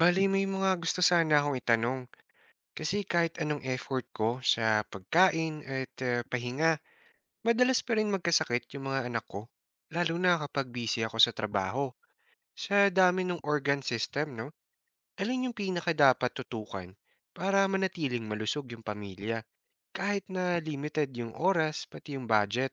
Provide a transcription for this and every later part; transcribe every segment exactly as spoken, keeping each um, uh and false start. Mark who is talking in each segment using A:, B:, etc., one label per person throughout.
A: Bali may mga gusto sana akong itanong. Kasi kahit anong effort ko sa pagkain at eh, pahinga, madalas pa rin magkasakit yung mga anak ko. Lalo na kapag busy ako sa trabaho. Sa dami ng organ system, no? Alin yung pinaka dapat tutukan para manatiling malusog yung pamilya? Kahit na limited yung oras, pati yung budget.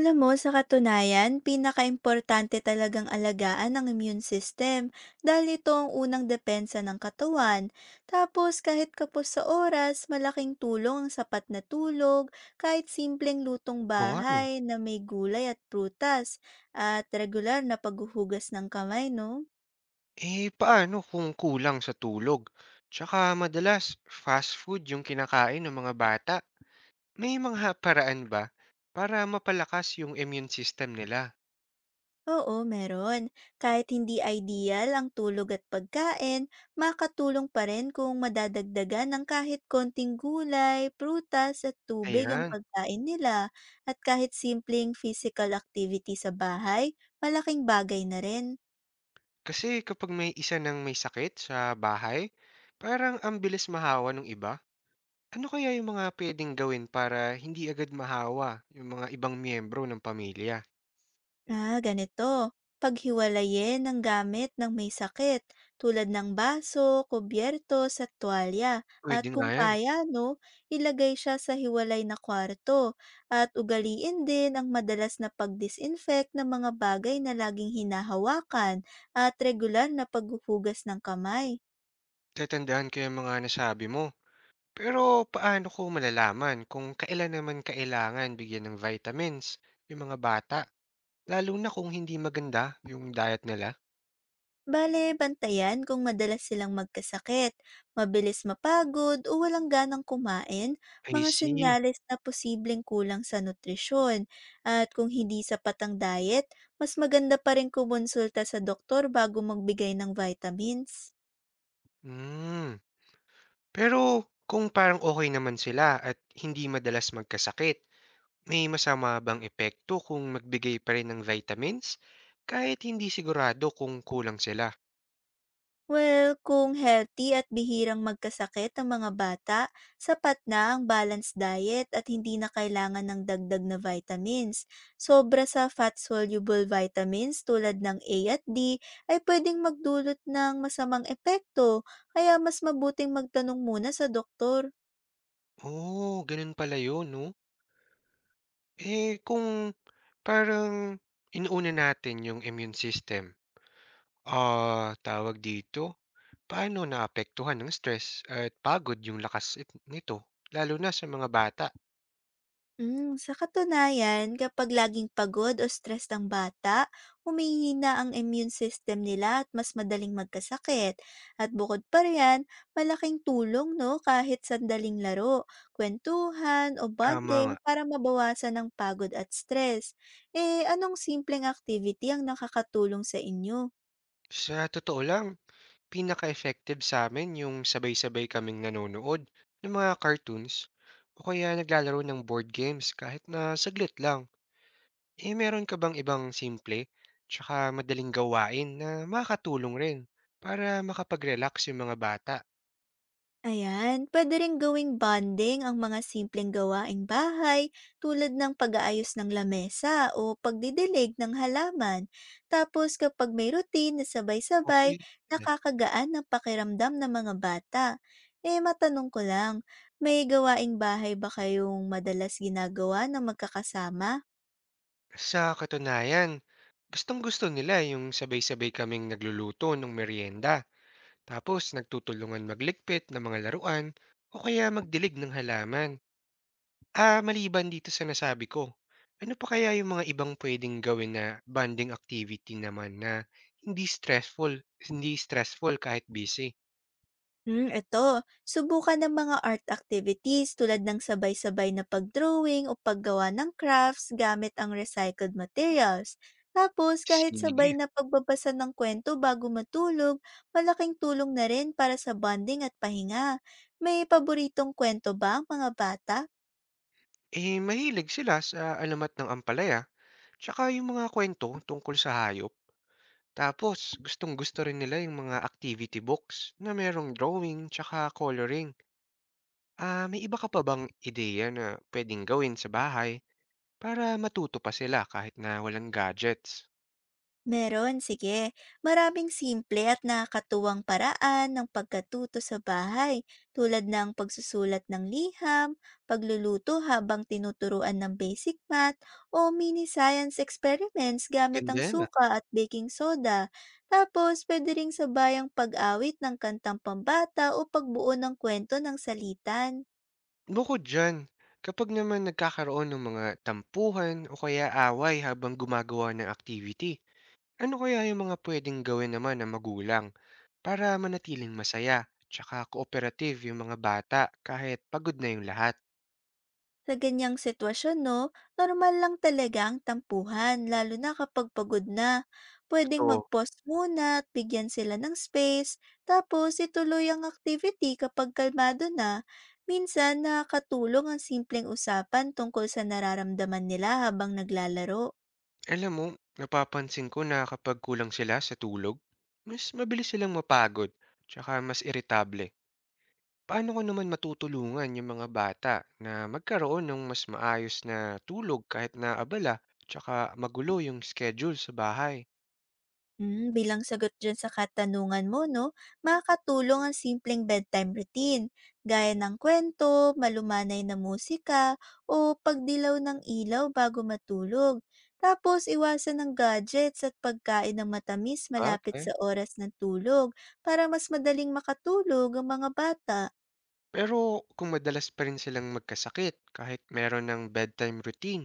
B: Alam mo, sa katunayan, pinakaimportante talagang alagaan ang immune system dahil ito ang unang depensa ng katawan. Tapos kahit kapos sa oras, malaking tulong ang sapat na tulog, kahit simpleng lutong
A: Oo nga, no.
B: bahay na may gulay at prutas, at regular na paghuhugas ng kamay, no?
A: Eh, paano kung kulang sa tulog? Tsaka madalas, fast food yung kinakain ng mga bata. May mga paraan ba para mapalakas yung immune system nila?
B: Oo, meron. Kahit hindi ideal ang tulog at pagkain, makatulong pa rin kung madadagdagan ng kahit konting gulay, prutas at tubig ang
A: Ayan.
B: pagkain nila at kahit simpleng physical activity sa bahay, malaking bagay na rin.
A: Kasi kapag may isa ng may sakit sa bahay, parang ang bilis mahawa ng iba. Ano kaya yung mga pwedeng gawin para hindi agad mahawa yung mga ibang miyembro ng pamilya?
B: Ah, ganito. Paghiwalayin ng gamit ng may sakit tulad ng baso, kubyertos at tuwalya at
A: Pwede nga
B: kung
A: yan.
B: kaya, no, ilagay siya sa hiwalay na kwarto at ugaliin din ang madalas na pag-disinfect ng mga bagay na laging hinahawakan at regular na paghuhugas ng kamay.
A: Tatandaan ko yung mga nasabi mo. Pero paano ko malalaman kung kailan naman kailangan bigyan ng vitamins yung mga bata? Lalo na kung hindi maganda yung diet nila?
B: Bale, bantayan kung madalas silang magkasakit, mabilis mapagod o walang ganang kumain,
A: I
B: mga
A: see.
B: senyales na posibleng kulang sa nutrisyon. At kung hindi sapat ang diet, mas maganda pa rin kumonsulta sa doktor bago magbigay ng vitamins.
A: Hmm. Pero kung parang okay naman sila at hindi madalas magkasakit, may masama bang epekto kung magbigay pa rin ng vitamins kahit hindi sigurado kung kulang sila?
B: Well, kung healthy at bihirang magkasakit ang mga bata, sapat na ang balanced diet at hindi na kailangan ng dagdag na vitamins. Sobra sa fat-soluble vitamins tulad ng A at D ay pwedeng magdulot ng masamang epekto, kaya mas mabuting magtanong muna sa doktor.
A: Oh, gano'n pala 'yun 'no. Eh, kung parang inuuna natin yung immune system, ah, tawag dito, paano naapektuhan ng stress at pagod yung lakas it nito lalo na sa mga bata?
B: Hmm, sa katunayan, kapag laging pagod o stress ang bata, humihina ang immune system nila at mas madaling magkasakit. At bukod pa riyan, malaking tulong no kahit sandaling laro, kwentuhan o
A: Tama nga.
B: bonding para mabawasan ang pagod at stress. Eh, anong simpleng activity ang nakakatulong sa inyo?
A: Sa totoo lang, pinaka-effective sa sa'min yung sabay-sabay kaming nanonood ng mga cartoons o kaya naglalaro ng board games kahit na saglit lang. Eh, meron ka bang ibang simple tsaka madaling gawain na makatulong rin para makapag-relax yung mga bata?
B: Ayan, pwede ring gawing bonding ang mga simpleng gawaing bahay tulad ng pag-aayos ng lamesa o pagdidilig ng halaman. Tapos kapag may routine na sabay-sabay,
A: Okey na.
B: nakakagaan ng pakiramdam ng mga bata. Eh matanong ko lang, may gawaing bahay ba kayong madalas ginagawa ng magkakasama?
A: Sa katunayan, gustong-gusto nila yung sabay-sabay kaming nagluluto ng merienda tapos nagtutulungan magligpit ng mga laruan o kaya magdilig ng halaman. Ah, maliban dito sa nasabi ko, ano pa kaya yung mga ibang pwedeng gawin na bonding activity naman na hindi stressful hindi stressful kahit busy?
B: Hmm, eto, subukan ng mga art activities tulad ng sabay-sabay na pagdrawing o paggawa ng crafts gamit ang recycled materials. Tapos, kahit
A: Sige.
B: sabay na pagbabasa ng kwento bago matulog, malaking tulong na rin para sa bonding at pahinga. May paboritong kwento ba ang mga bata?
A: Eh, mahilig sila sa alamat ng ampalaya, tsaka yung mga kwento tungkol sa hayop. Tapos gustong-gusto rin nila yung mga activity books na merong drawing tsaka coloring. Ah, may iba ka pa bang ideya na pwedeng gawin sa bahay para matuto pa sila kahit na walang gadgets?
B: Meron, sige. Maraming simple at nakakatuwang paraan ng pagkatuto sa bahay, tulad ng pagsusulat ng liham, pagluluto habang tinuturuan ng basic math, o mini science experiments gamit ang
A: Ganda.
B: suka at baking soda. Tapos, pwede ring sabayang pag-awit ng kantang pambata o pagbuo ng kwento ng salitan.
A: Bukod diyan, kapag naman nagkakaroon ng mga tampuhan o kaya away habang gumagawa ng activity, ano kaya yung mga pwedeng gawin naman ng magulang para manatiling masaya tsaka cooperative yung mga bata kahit pagod na yung lahat?
B: Sa ganyang sitwasyon, no, normal lang talaga ang tampuhan, lalo na kapag pagod na. Pwedeng
A: Totoo.
B: mag-pause muna at bigyan sila ng space, tapos ituloy ang activity kapag kalmado na. Minsan, nakakatulong ang simpleng usapan tungkol sa nararamdaman nila habang naglalaro.
A: Alam mo, napapansin ko na kapag kulang sila sa tulog, mas mabilis silang mapagod tsaka mas iritable. Paano ko naman matutulungan yung mga bata na magkaroon ng mas maayos na tulog kahit na abala tsaka magulo yung schedule sa bahay?
B: Hmm, bilang sagot dyan sa katanungan mo, no, makakatulong ang simpleng bedtime routine, gaya ng kwento, malumanay na musika, o pagdilaw ng ilaw bago matulog. Tapos, iwasan ng gadgets at pagkain ng matamis malapit
A: Bagay.
B: sa oras ng tulog para mas madaling makatulog ang mga bata.
A: Pero kung madalas pa rin silang magkasakit kahit meron ng bedtime routine,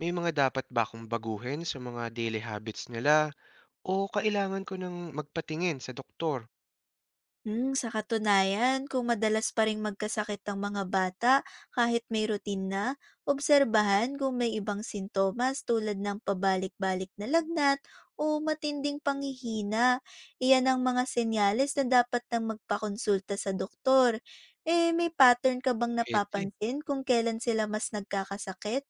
A: may mga dapat ba akong baguhin sa mga daily habits nila o kailangan ko ng magpatingin sa doktor?
B: Hmm, sa katunayan, kung madalas pa ring magkasakit ang mga bata kahit may routine na, obserbahan kung may ibang sintomas tulad ng pabalik-balik na lagnat o matinding panghihina. Iyan ang mga senyales na dapat nang magpakonsulta sa doktor. Eh, may pattern ka bang
A: Pwede.
B: napapansin kung kailan sila mas nagkakasakit?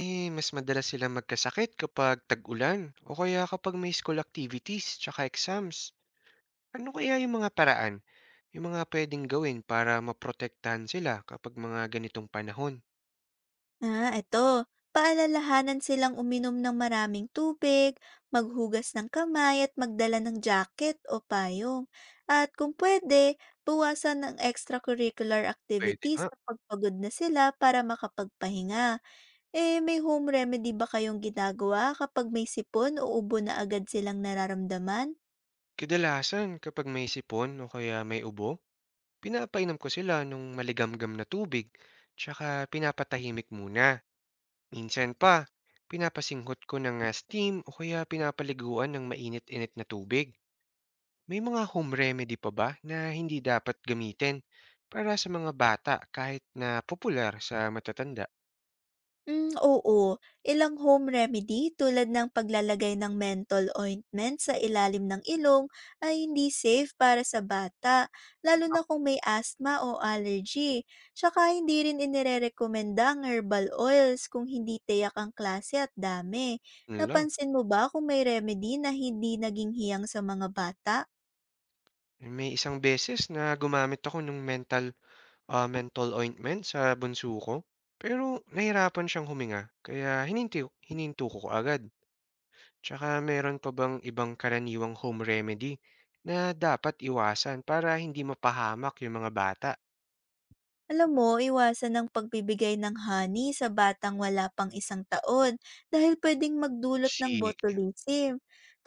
A: Eh, mas madalas silang magkasakit kapag tag-ulan o kaya kapag may school activities tsaka exams. Ano kaya yung mga paraan, yung mga pwedeng gawin para maprotektahan sila kapag mga ganitong panahon?
B: Ah, eto. Paalalahanan silang uminom ng maraming tubig, maghugas ng kamay at magdala ng jacket o payong. At kung pwede, bawasan ng extracurricular
A: Puwede
B: activities
A: nga.
B: kapag pagod na sila para makapagpahinga. Eh, may home remedy ba kayong ginagawa kapag may sipon o ubo na agad silang nararamdaman?
A: Kadalasan kapag may sipon o kaya may ubo, pinapainom ko sila nung maligamgam na tubig, tsaka pinapatahimik muna. Minsan pa, pinapasinghot ko ng ah, steam o kaya pinapaliguan ng mainit-init na tubig. May mga home remedy pa ba na hindi dapat gamitin para sa mga bata kahit na popular sa matatanda?
B: Hmm, oo. Ilang home remedy tulad ng paglalagay ng menthol ointment sa ilalim ng ilong ay hindi safe para sa bata, lalo na kung may asthma o allergy. Tsaka hindi rin inirerekomenda ang herbal oils kung hindi tiyak ang klase at dami.
A: Ako lang.
B: Napansin mo ba kung may remedy na hindi naging hiyang sa mga bata?
A: May isang beses na gumamit ako ng mental ah, menthol ointment sa bunso ko. Pero nahirapan siyang huminga, kaya hininti, hininto ko agad. Tsaka meron pa bang ibang karaniwang home remedy na dapat iwasan para hindi mapahamak yung mga bata?
B: Alam mo, iwasan ang pagbibigay ng honey sa batang wala pang isang taon dahil pwedeng magdulot ng
A: Sige.
B: botulism.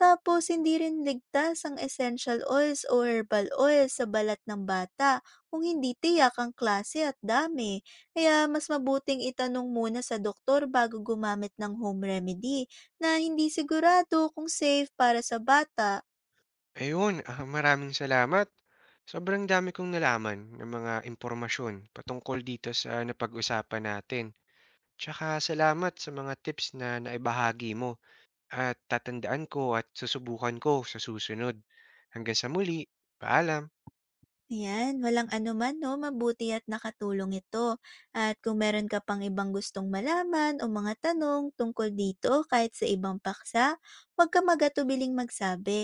B: Tapos, hindi rin ligtas ang essential oils o herbal oils sa balat ng bata kung hindi tiyak ang klase at dami. Kaya, mas mabuting itanong muna sa doktor bago gumamit ng home remedy na hindi sigurado kung safe para sa bata.
A: Ayun, ah, maraming salamat. Sobrang dami kong nalaman ng mga impormasyon patungkol dito sa napag-usapan natin. Tsaka salamat sa mga tips na naibahagi mo. At tatandaan ko at susubukan ko sa susunod. Hanggang sa muli, paalam.
B: Ayan, walang anuman 'no, mabuti at nakatulong ito. At kung meron ka pang ibang gustong malaman o mga tanong tungkol dito kahit sa ibang paksa, huwag ka magatubiling magsabi.